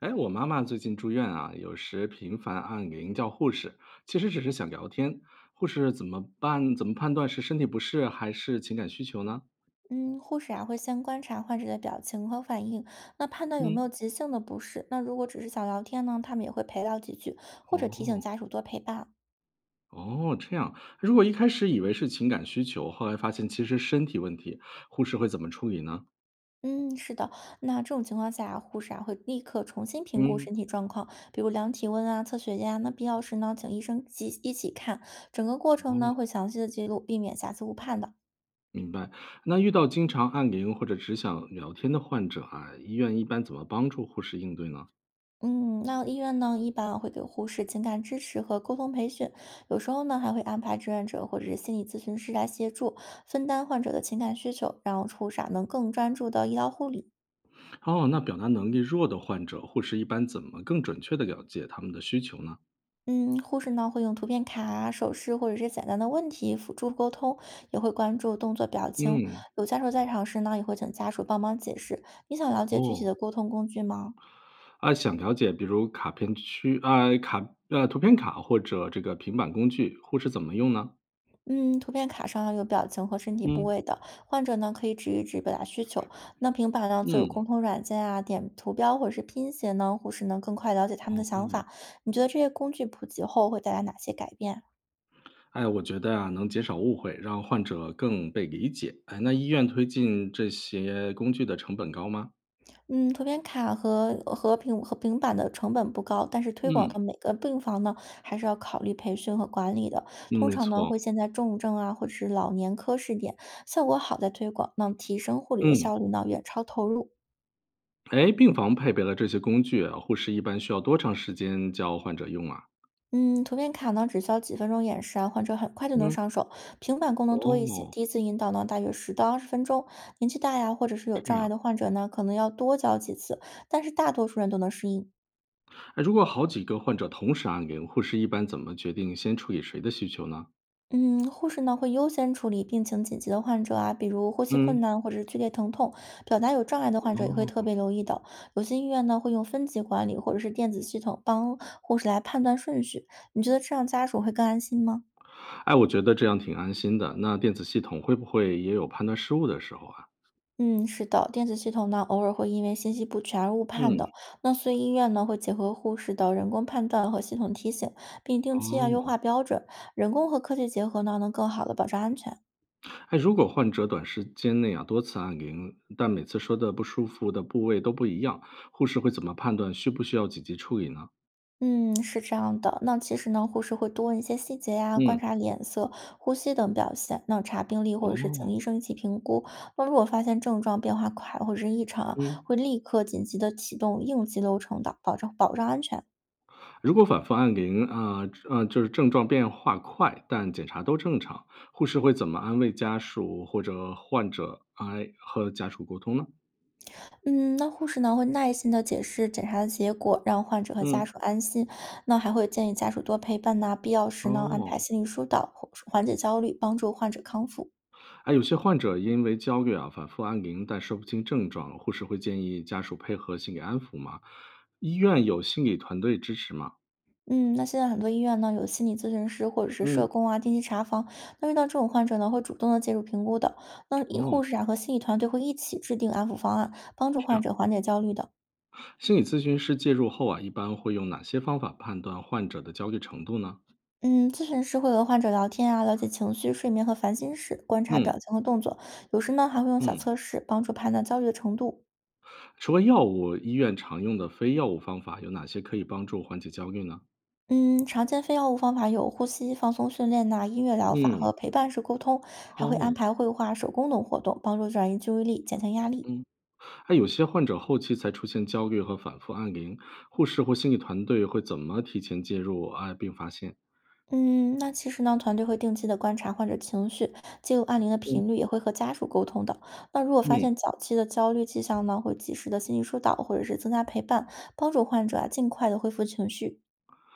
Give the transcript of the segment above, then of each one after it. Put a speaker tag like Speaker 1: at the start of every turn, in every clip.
Speaker 1: 哎，我妈妈最近住院啊，有时频繁按铃叫护士，其实只是想聊天。护士怎么办？怎么判断是身体不适还是情感需求呢？
Speaker 2: 嗯，护士啊会先观察患者的表情和反应，那判断有没
Speaker 1: 嗯，
Speaker 2: 有急性的不适。那如果只是想聊天呢，他们也会陪聊几句，或者提醒
Speaker 1: 哦
Speaker 2: 家属多陪伴。
Speaker 1: 哦，这样。如果一开始以为是情感需求，后来发现其实身体问题，护士会怎么处理呢？
Speaker 2: 嗯，是的，那这种情况下啊护士啊会立刻重新评估
Speaker 1: 嗯，
Speaker 2: 身体状况，比如量体温啊、测血压。那必要时呢，请医生及一起看。整个过程
Speaker 1: 哦，
Speaker 2: 呢会详细的记录，避免瑕疵误判的。
Speaker 1: 明白。那遇到经常按铃或者只想聊天的患者啊，医院一般怎么帮助护士应对呢？
Speaker 2: 嗯，那医院呢，一般会给护士情感支持和沟通培训，有时候呢还会安排志愿者或者是心理咨询师来协助分担患者的情感需求，让护士啊能更专注的医疗护理。
Speaker 1: 哦，那表达能力弱的患者，护士一般怎么更准确的了解他们的需求呢？
Speaker 2: 嗯，护士呢会用图片卡啊、手势或者是简单的问题辅助沟通，也会关注动作、表情。
Speaker 1: 嗯，
Speaker 2: 有家属在场时呢，也会请家属帮忙解释。你想了解具体的
Speaker 1: 哦，
Speaker 2: 沟通工具吗？
Speaker 1: 啊，想了解，比如卡片区啊，卡图片卡或者这个平板工具，护士怎么用呢？
Speaker 2: 嗯，图片卡上要有表情和身体部
Speaker 1: 嗯
Speaker 2: 位的，患者呢可以指一指表达需求。那平板呢则有
Speaker 1: 嗯，
Speaker 2: 沟通软件啊，点图标或者是拼写呢，护士能更快了解他们的
Speaker 1: 哦，
Speaker 2: 想法。你觉得这些工具普及后会带来哪些改变？
Speaker 1: 哎，我觉得啊，能减少误会，让患者更被理解。哎，那医院推进这些工具的成本高吗？
Speaker 2: 嗯，图片卡和平和板的成本不高，但是推广
Speaker 1: 嗯
Speaker 2: 到每个病房呢，还是要考虑培训和管理的。
Speaker 1: 嗯，
Speaker 2: 通
Speaker 1: 没
Speaker 2: 常呢
Speaker 1: 错。
Speaker 2: 会先在重症啊或者是老年科试点，效果好再推广，那提升护理的
Speaker 1: 嗯，
Speaker 2: 效率呢远超投入。
Speaker 1: 哎，病房配备了这些工具啊护士一般需要多长时间教患者用啊？
Speaker 2: 嗯，图片卡呢，只需要几分钟演示啊，患者很快就能
Speaker 1: 嗯，
Speaker 2: 上手。平板功能多一些，
Speaker 1: 哦，
Speaker 2: 第一次引导呢，大约10到20分钟。年纪大呀，或者是有障碍的患者呢，可能要多教几次，但是大多数人都能适应。
Speaker 1: 哎，如果好几个患者同时按铃，护士一般怎么决定先处理谁的需求呢？
Speaker 2: 嗯，护士呢会优先处理病情紧急的患者啊，比如呼吸困
Speaker 1: 嗯。
Speaker 2: 难或者是剧烈疼痛。表达有障碍的患者也会
Speaker 1: 哦，
Speaker 2: 特别留意的。有些医院呢会用分级管理或者是电子系统帮护士来判断顺序。你觉得这样家属会更安心吗？
Speaker 1: 哎，我觉得这样挺安心的。那电子系统会不会也有判断失误的时候啊？
Speaker 2: 嗯，是的，电子系统呢，偶尔会因为信息不全而误判
Speaker 1: 嗯，
Speaker 2: 的。那所以医院呢，会结合护士的人工判断和系统提醒，并定期啊优
Speaker 1: 哦，
Speaker 2: 化标准。人工和科技结合呢，能更好的保障安全。
Speaker 1: 哎，如果患者短时间内啊多次按铃，但每次说的不舒服的部位都不一样，护士会怎么判断需不需要紧急处理呢？
Speaker 2: 嗯，是这样的。那其实呢，护士会多问一些细节呀、观
Speaker 1: 嗯，
Speaker 2: 察脸色、呼吸等表现，那查病历或者是请
Speaker 1: 哦，
Speaker 2: 医生一起评估。那如果发现症状变化快或者是异常啊，
Speaker 1: 嗯，
Speaker 2: 会立刻紧急的启动应急流程的，保证保障安全。
Speaker 1: 如果反复按铃啊，就是症状变化快，但检查都正常，护士会怎么安慰家属或者患者，哎，和家属沟通呢？
Speaker 2: 嗯，那护士呢会耐心的解释检查的结果，让患者和家
Speaker 1: 嗯，
Speaker 2: 属安心。那还会建议家属多陪伴呐、必要时呢安排
Speaker 1: 哦。
Speaker 2: 心理疏导，缓解焦虑，帮助患者康复。
Speaker 1: 啊，有些患者因为焦虑啊，反复按铃但说不清症状，护士会建议家属配合心理安抚吗？医院有心理团队支持吗？
Speaker 2: 嗯，那现在很多医院呢有心理咨询师或者是社
Speaker 1: 嗯，
Speaker 2: 工啊，定期查房。那遇到这种患者呢，会主动的介入评估的。那医护
Speaker 1: 哦，
Speaker 2: 士啊和心理团队会一起制定安抚方案，帮助
Speaker 1: 这
Speaker 2: 患
Speaker 1: 样，
Speaker 2: 者缓解焦虑的。
Speaker 1: 心理咨询师介入后啊，一般会用哪些方法判断患者的焦虑程度呢？
Speaker 2: 嗯，咨询师会和患者聊天啊，了解情绪、睡眠和烦心事，观察表
Speaker 1: 嗯
Speaker 2: 情和动作。有时呢还会用小
Speaker 1: 嗯，
Speaker 2: 测试帮助判断焦虑的程度。
Speaker 1: 除了药物，医院常用的非药物方法有哪些可以帮助缓解焦虑呢？
Speaker 2: 嗯，常见非药物方法有呼吸放松训练呐、音乐疗法和
Speaker 1: 嗯，
Speaker 2: 陪伴式沟通，还会
Speaker 1: 哦，
Speaker 2: 安排绘画、手工等活动，帮助转移注意力，减轻压力。
Speaker 1: 嗯，哎，有些患者后期才出现焦虑和反复按铃，护士或心理团队会怎么提前介入啊，并发现？
Speaker 2: 嗯，那其实呢，团队会定期的观察患者情绪，记录按铃的
Speaker 1: 嗯。
Speaker 2: 频率，也会和家属沟通的。那如果发
Speaker 1: 嗯，
Speaker 2: 现早期的焦虑迹象呢，会及时的心理疏导，或者是增加陪伴，帮助患者啊尽快的恢复情绪。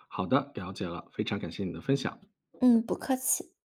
Speaker 1: 好的，了解了，非常感谢你的分享。
Speaker 2: 嗯，不客气。